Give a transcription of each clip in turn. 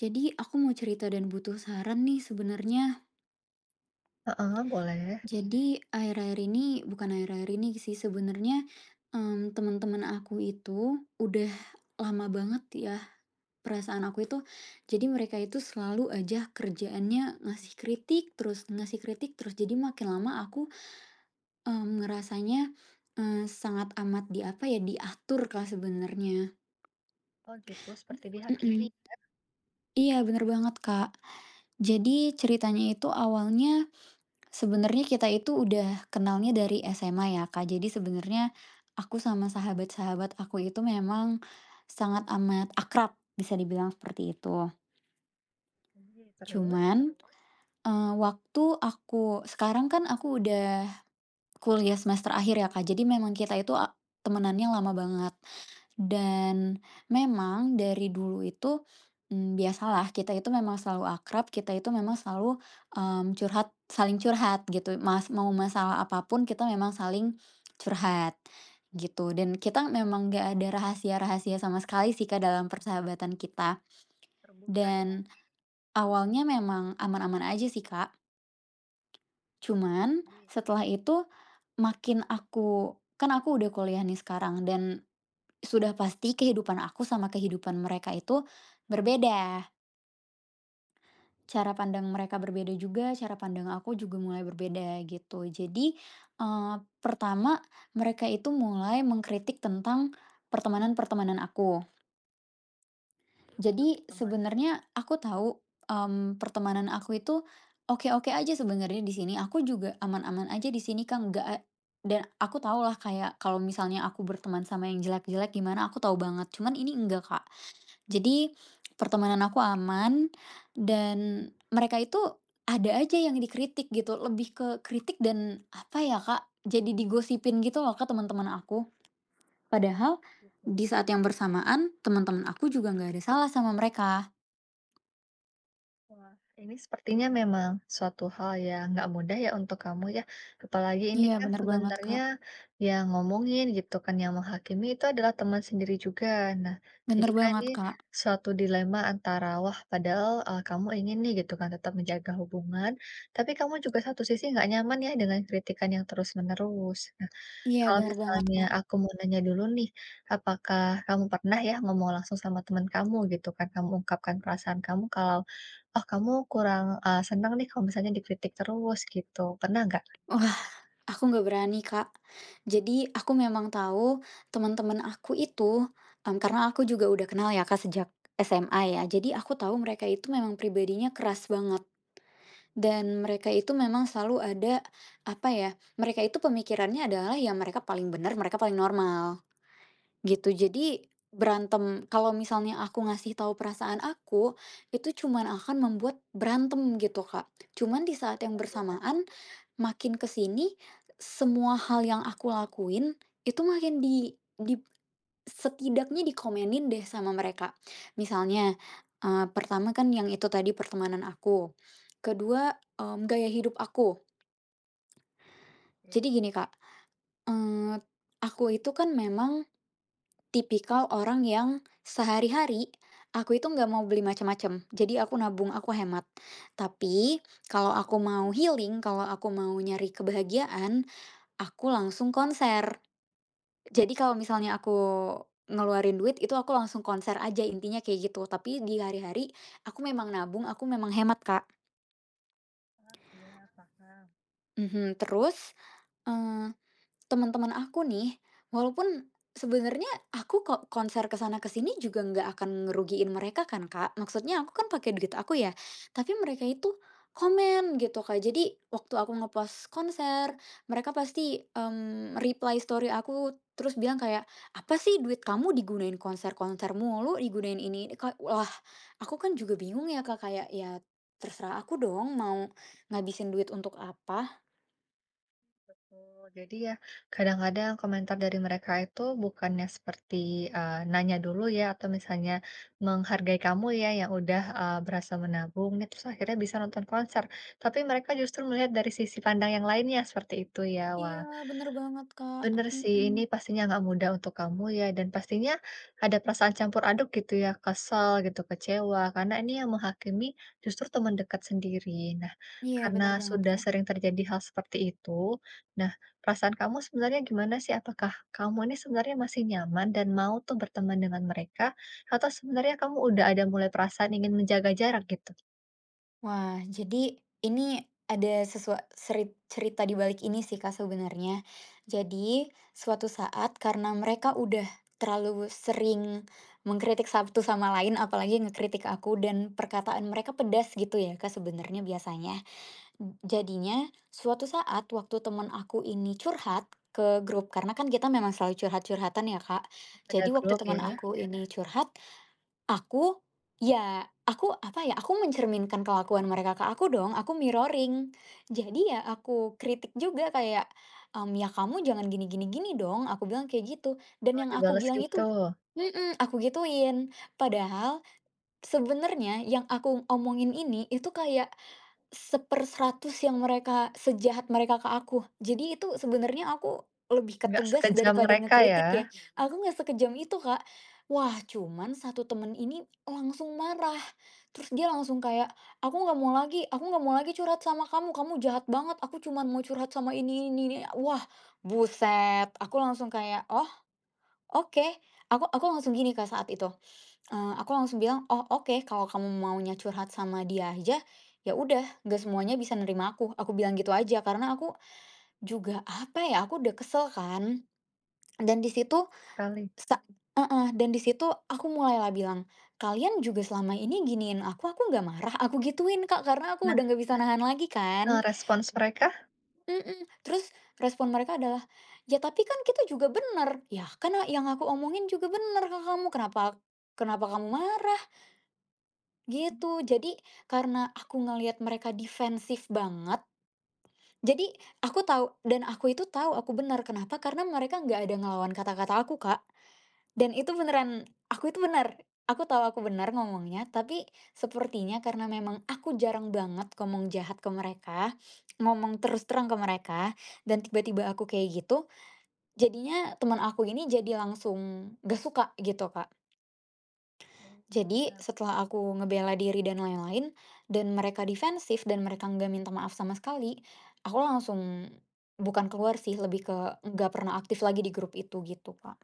Jadi aku mau cerita dan butuh saran nih sebenarnya. Heeh, boleh. Jadi akhir-akhir ini bukan akhir-akhir ini sih sebenarnya, teman-teman aku itu udah lama banget ya perasaan aku itu. Jadi mereka itu selalu aja kerjaannya ngasih kritik terus ngasih kritik terus. Jadi makin lama aku ngerasanya sangat amat di apa ya, diatur kah sebenarnya. Oh gitu, Oh, seperti diatur ya? dihakimi. Mhm. Iya, bener banget, Kak. Jadi ceritanya itu awalnya. Sebenarnya kita itu udah kenalnya dari SMA ya, Kak. Jadi sebenarnya aku sama sahabat-sahabat aku itu memang sangat amat akrab, bisa dibilang seperti itu. Ih, terus? Cuman, waktu aku sekarang kan aku udah kuliah semester akhir ya, Kak. Jadi memang kita itu temenannya lama banget. Dan memang dari dulu itu, biasalah kita itu memang selalu akrab, kita itu memang selalu, curhat saling curhat gitu, mau masalah apapun kita memang saling curhat, gitu. Dan kita memang nggak ada rahasia-rahasia sama sekali sih, Kak, dalam persahabatan kita. Terbuka Dan ya. awalnya memang aman-aman aja sih, Kak. Cuman Ih, setelah itu makin aku kan aku udah kuliah nih sekarang, dan sudah pasti kehidupan aku sama kehidupan mereka itu berbeda. Cara pandang mereka berbeda juga, cara pandang aku juga mulai berbeda gitu. Jadi, pertama mereka itu mulai mengkritik tentang pertemanan-pertemanan aku. ini tentang Jadi pertemanan sebenarnya aku tahu, pertemanan aku itu oke-oke aja sebenarnya di sini, aku juga aman-aman aja di sini, kang nggak dan aku tau lah kayak kalau misalnya aku berteman sama yang jelek-jelek gimana, aku tahu banget. Cuman ini enggak, Kak. Jadi, pertemanan aku aman dan mereka itu ada aja yang dikritik gitu, lebih ke kritik dan apa ya, Kak, jadi digosipin gitu loh ke teman-teman aku. Padahal gitu. di saat yang bersamaan teman-teman aku juga nggak ada salah sama mereka. Wah, ini sepertinya memang suatu hal yang nggak mudah ya untuk kamu ya. Apalagi ini Iya, kan bener banget, sebenarnya Kak. yang ngomongin gitu kan, yang menghakimi itu adalah teman sendiri juga. Nah, jadi Bener kan ini banget, Kak. suatu dilema antara, wah padahal kamu ingin nih gitu kan tetap menjaga hubungan, tapi kamu juga satu sisi nggak nyaman ya dengan kritikan yang terus-menerus. Nah, Iya, kalau bener banget, misalnya Kak. aku mau nanya dulu nih, apakah kamu pernah ya ngomong langsung sama teman kamu gitu kan, kamu ungkapkan perasaan kamu kalau, "Oh kamu kurang, seneng nih kalau misalnya dikritik terus," gitu. Pernah nggak? Aku nggak berani, Kak. Jadi aku memang tahu teman-teman aku itu, karena aku juga udah kenal ya, Kak, sejak SMA ya. Jadi aku tahu mereka itu memang pribadinya keras banget dan mereka itu memang selalu ada, apa ya, mereka itu pemikirannya adalah ya mereka paling benar, mereka paling normal, gitu. Jadi berantem kalau misalnya aku ngasih tahu perasaan aku, itu cuman akan membuat berantem gitu, Kak. Cuman di saat yang bersamaan. Makin ke sini, semua hal yang aku lakuin, itu makin di setidaknya dikomenin deh sama mereka. Misalnya, pertama kan yang itu tadi pertemanan aku, kedua, gaya hidup aku. Oke, Jadi gini, Kak, eee, aku itu kan memang tipikal orang yang sehari-hari, aku itu nggak mau beli macam-macam jadi aku nabung, aku hemat. Tapi, kalau aku mau healing, kalau aku mau nyari kebahagiaan, aku langsung konser. Jadi kalau misalnya aku ngeluarin duit itu aku langsung konser aja intinya kayak gitu. Tapi di hari-hari aku memang nabung, aku memang hemat, Kak. iya paham. Mhm. Terus, teman-teman aku nih, walaupun sebenarnya aku kok konser ke sana ke sini juga nggak akan ngerugiin mereka kan, Kak. Maksudnya aku kan pakai duit aku ya. Tapi mereka itu komen gitu, Kak. Jadi waktu aku ngepost konser, mereka pasti reply story aku terus bilang kayak, "Apa sih duit kamu digunain konser-konser mulu, digunain ini?" ini?" Kayak, wah, aku kan juga bingung ya, Kak, kayak ya terserah aku dong mau ngabisin duit untuk apa. Oh, jadi ya kadang-kadang komentar dari mereka itu bukannya seperti, nanya dulu ya atau misalnya menghargai kamu ya yang udah, berasa menabung nih terus akhirnya bisa nonton konser, tapi mereka justru melihat dari sisi pandang yang lainnya seperti itu ya. Iya, Wah. bener banget, Kak. Bener sih, Mm-mm. ini pastinya nggak mudah untuk kamu ya, dan pastinya ada perasaan campur aduk gitu ya, kesel gitu, kecewa, karena ini yang menghakimi justru teman dekat sendiri. Nah, Iya, karena benar banget, sudah Kak. sering terjadi hal seperti itu, nah perasaan kamu sebenarnya gimana sih? Apakah kamu ini sebenarnya masih nyaman dan mau tuh berteman dengan mereka, atau sebenarnya kamu udah ada mulai perasaan ingin menjaga jarak gitu? Wah, jadi ini ada sesuatu cerita di balik ini sih, Kak, sebenarnya. Jadi, suatu saat karena mereka udah terlalu sering mengkritik satu sama lain, apalagi ngekritik aku dan perkataan mereka pedas gitu ya, Kak, sebenarnya biasanya. Jadinya suatu saat waktu teman aku ini curhat ke grup, karena kan kita memang selalu curhat-curhatan ya, Kak. Ada Jadi waktu grup teman ya, aku ini curhat. Aku, ya aku apa ya, aku mencerminkan kelakuan mereka ke aku dong, aku mirroring. Jadi ya aku kritik juga kayak, "Ya kamu jangan gini gini gini dong," aku bilang kayak gitu, dan oh yang aku dibales bilang itu gitu, mhm, aku gituin. Padahal sebenarnya yang aku omongin ini itu kayak 1/100 yang mereka sejahat mereka ke aku. Jadi itu sebenarnya aku lebih ke nggak tegas sekejam daripada mereka ya, ngekritik ya. Aku nggak sekejam itu, Kak. Wah, cuman satu temen ini langsung marah. Terus dia langsung kayak, "Aku nggak mau lagi, aku nggak mau lagi curhat sama kamu. Kamu jahat banget. Aku cuman mau curhat sama ini ini." Wah, buset. Aku langsung kayak, "Oh, oke." Aku langsung gini, Kak, saat itu. Aku langsung bilang, "Oh, oke, kalau kamu maunya curhat sama dia aja, ya udah, nggak semuanya bisa nerima aku." Aku bilang gitu aja, karena aku juga, apa ya, aku udah kesel kan. Dan di situ sekali. sa heeh, dan di situ aku mulailah bilang, "Kalian juga selama ini giniin aku nggak marah." Aku gituin, Kak, karena aku Nah, udah nggak bisa nahan lagi kan. respons mereka? Mhm. Terus respon mereka adalah, "Ya, tapi kan kita juga bener." "Ya, kan yang aku omongin juga bener ke kamu, kenapa kenapa kamu marah?" Gitu, jadi karena aku ngelihat mereka defensif banget, jadi aku tahu dan aku itu tahu aku benar, kenapa? Karena mereka nggak ada ngelawan kata-kata aku, Kak, dan itu beneran aku itu benar, aku tahu aku benar ngomongnya, tapi sepertinya karena memang aku jarang banget ngomong jahat ke mereka, ngomong terus terang ke mereka, dan tiba-tiba aku kayak gitu, jadinya teman aku ini jadi langsung gak suka gitu, Kak. Oke, Jadi paham. setelah aku ngebela diri dan lain-lain, dan mereka defensif dan mereka nggak minta maaf sama sekali, aku langsung bukan keluar sih, lebih ke nggak pernah aktif lagi di grup itu gitu, Kak.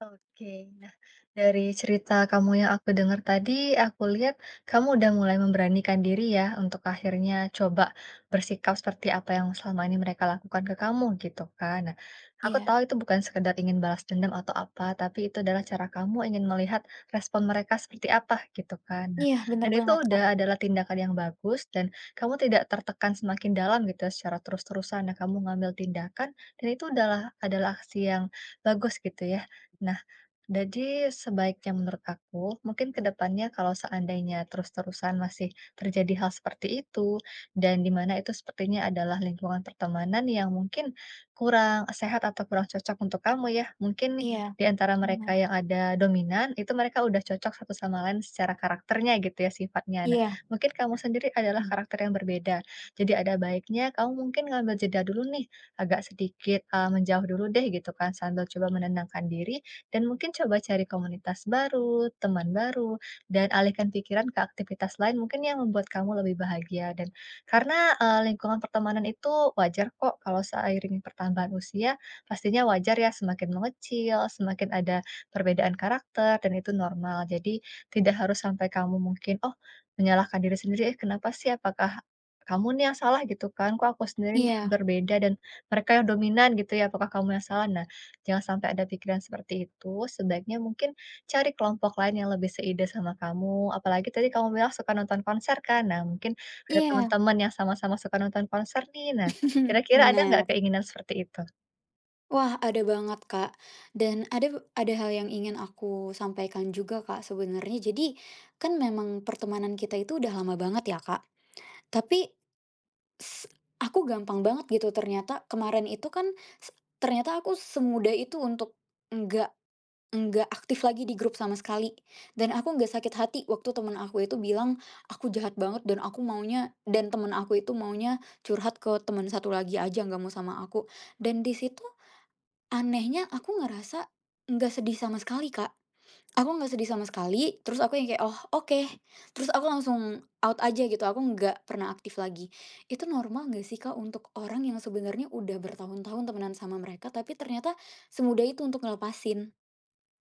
Oke, nah dari cerita kamu yang aku dengar tadi, aku lihat kamu udah mulai memberanikan diri ya untuk akhirnya coba bersikap seperti apa yang selama ini mereka lakukan ke kamu gitu kan. Nah, aku tahu Iya, itu bukan sekedar ingin balas dendam atau apa, tapi itu adalah cara kamu ingin melihat respon mereka seperti apa gitu kan. Nah, iya bener dan itu banget, Kak. udah adalah tindakan yang bagus dan kamu tidak tertekan semakin dalam gitu ya secara terus-terusan. Nah, kamu ngambil tindakan dan itu adalah adalah aksi yang bagus gitu ya. Nah, jadi sebaiknya menurut aku, mungkin ke depannya kalau seandainya terus-terusan masih terjadi hal seperti itu, dan di mana itu sepertinya adalah lingkungan pertemanan yang mungkin kurang sehat atau kurang cocok untuk kamu ya. Mungkin nih, Iya, di antara bener. mereka yang ada dominan, itu mereka udah cocok satu sama lain secara karakternya gitu ya sifatnya. Nah, Iya, mungkin kamu sendiri adalah mmm, karakter yang berbeda. Jadi ada baiknya kamu mungkin ngambil jeda dulu nih, agak sedikit menjauh dulu deh gitu kan, sambil coba menenangkan diri dan mungkin coba cari komunitas baru, teman baru, dan alihkan pikiran ke aktivitas lain mungkin yang membuat kamu lebih bahagia dan karena, lingkungan pertemanan itu wajar kok kalau seiring pertambahan usia, pastinya wajar ya semakin mengecil, semakin ada perbedaan karakter dan itu normal. Jadi tidak harus sampai kamu mungkin, oh, menyalahkan diri sendiri, "Eh, kenapa sih? Apakah kamu nih yang salah?" Gitu kan, "Kok aku sendiri nih yang iya, berbeda dan mereka yang dominan gitu ya? Apakah kamu yang salah?" Nah, jangan sampai ada pikiran seperti itu, sebaiknya mungkin cari kelompok lain yang lebih seide sama kamu, apalagi tadi kamu bilang suka nonton konser kan, nah mungkin ada iya, teman-teman yang sama-sama suka nonton konser nih, nah kira-kira ada nggak bener. keinginan seperti itu? Wah, ada banget, Kak. Dan ada hal yang ingin aku sampaikan juga, Kak, sebenarnya. Jadi, kan memang pertemanan kita itu udah lama banget ya, Kak. Tapi S aku gampang banget gitu ternyata kemarin itu kan s ternyata aku semudah itu untuk nggak nggak aktif lagi di grup sama sekali, dan aku nggak sakit hati waktu temen aku itu bilang, "Aku jahat banget dan aku maunya," dan temen aku itu maunya curhat ke temen satu lagi aja, nggak mau sama aku. Dan di situ anehnya aku ngerasa nggak sedih sama sekali, Kak. Aku nggak sedih sama sekali, terus aku yang kayak, "Oh, oke." Terus aku langsung out aja gitu, aku nggak pernah aktif lagi. Itu normal nggak sih, Kak, untuk orang yang sebenarnya udah bertahun-tahun temenan sama mereka, tapi ternyata semudah itu untuk ngelepasin?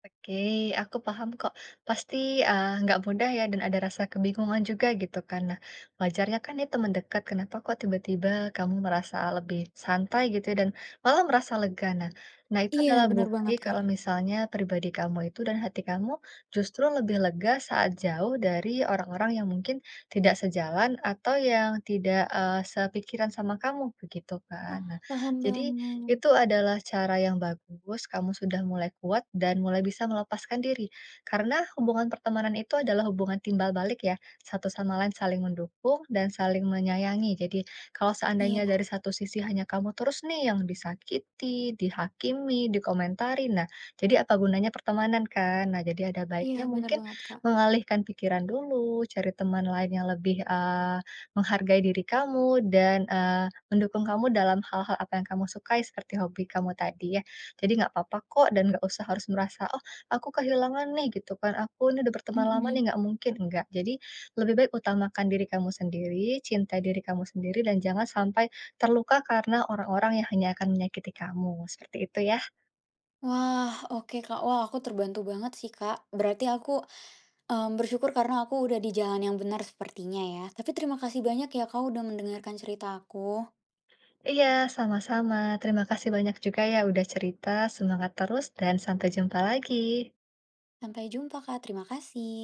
Oke, aku paham kok. Pasti nggak mudah ya dan ada rasa kebingungan juga gitu kan. Nah, wajarnya kan ini teman dekat, kenapa kok tiba-tiba kamu merasa lebih santai gitu ya dan malah merasa lega. Nah nah itu Iya, adalah bener bukti banget, Kak. kalau misalnya pribadi kamu itu dan hati kamu justru lebih lega saat jauh dari orang-orang yang mungkin tidak sejalan atau yang tidak, sepikiran sama kamu, begitu kan. Ah, Nah, paham jadi banget. itu adalah cara yang bagus, kamu sudah mulai kuat dan mulai bisa melepaskan diri. Karena hubungan pertemanan itu adalah hubungan timbal balik ya, satu sama lain saling mendukung dan saling menyayangi. Jadi kalau seandainya Iya, dari satu sisi hanya kamu terus nih yang disakiti, dihakimi, dikomentari, nah jadi apa gunanya pertemanan kan? Nah jadi ada iya baiknya bener mungkin banget, Kak. mengalihkan pikiran dulu, cari teman lain yang lebih menghargai diri kamu dan mendukung kamu dalam hal-hal apa yang kamu sukai seperti hobi kamu tadi ya. Jadi nggak apa-apa kok dan nggak usah harus merasa, "Oh, aku kehilangan nih," gitu kan, "aku ini udah berteman lama Mhm. nih, nggak mungkin." Enggak, jadi lebih baik utamakan diri kamu sendiri, cintai diri kamu sendiri dan jangan sampai terluka karena orang-orang yang hanya akan menyakiti kamu, seperti itu ya. Wah, oke, Kak. Wah, aku terbantu banget sih, Kak. Berarti aku, bersyukur karena aku udah di jalan yang benar sepertinya ya. Tapi terima kasih banyak ya, Kak, udah mendengarkan cerita aku. Iya, sama-sama. Terima kasih banyak juga ya udah cerita, semangat terus dan sampai jumpa lagi. Sampai jumpa, Kak. Terima kasih.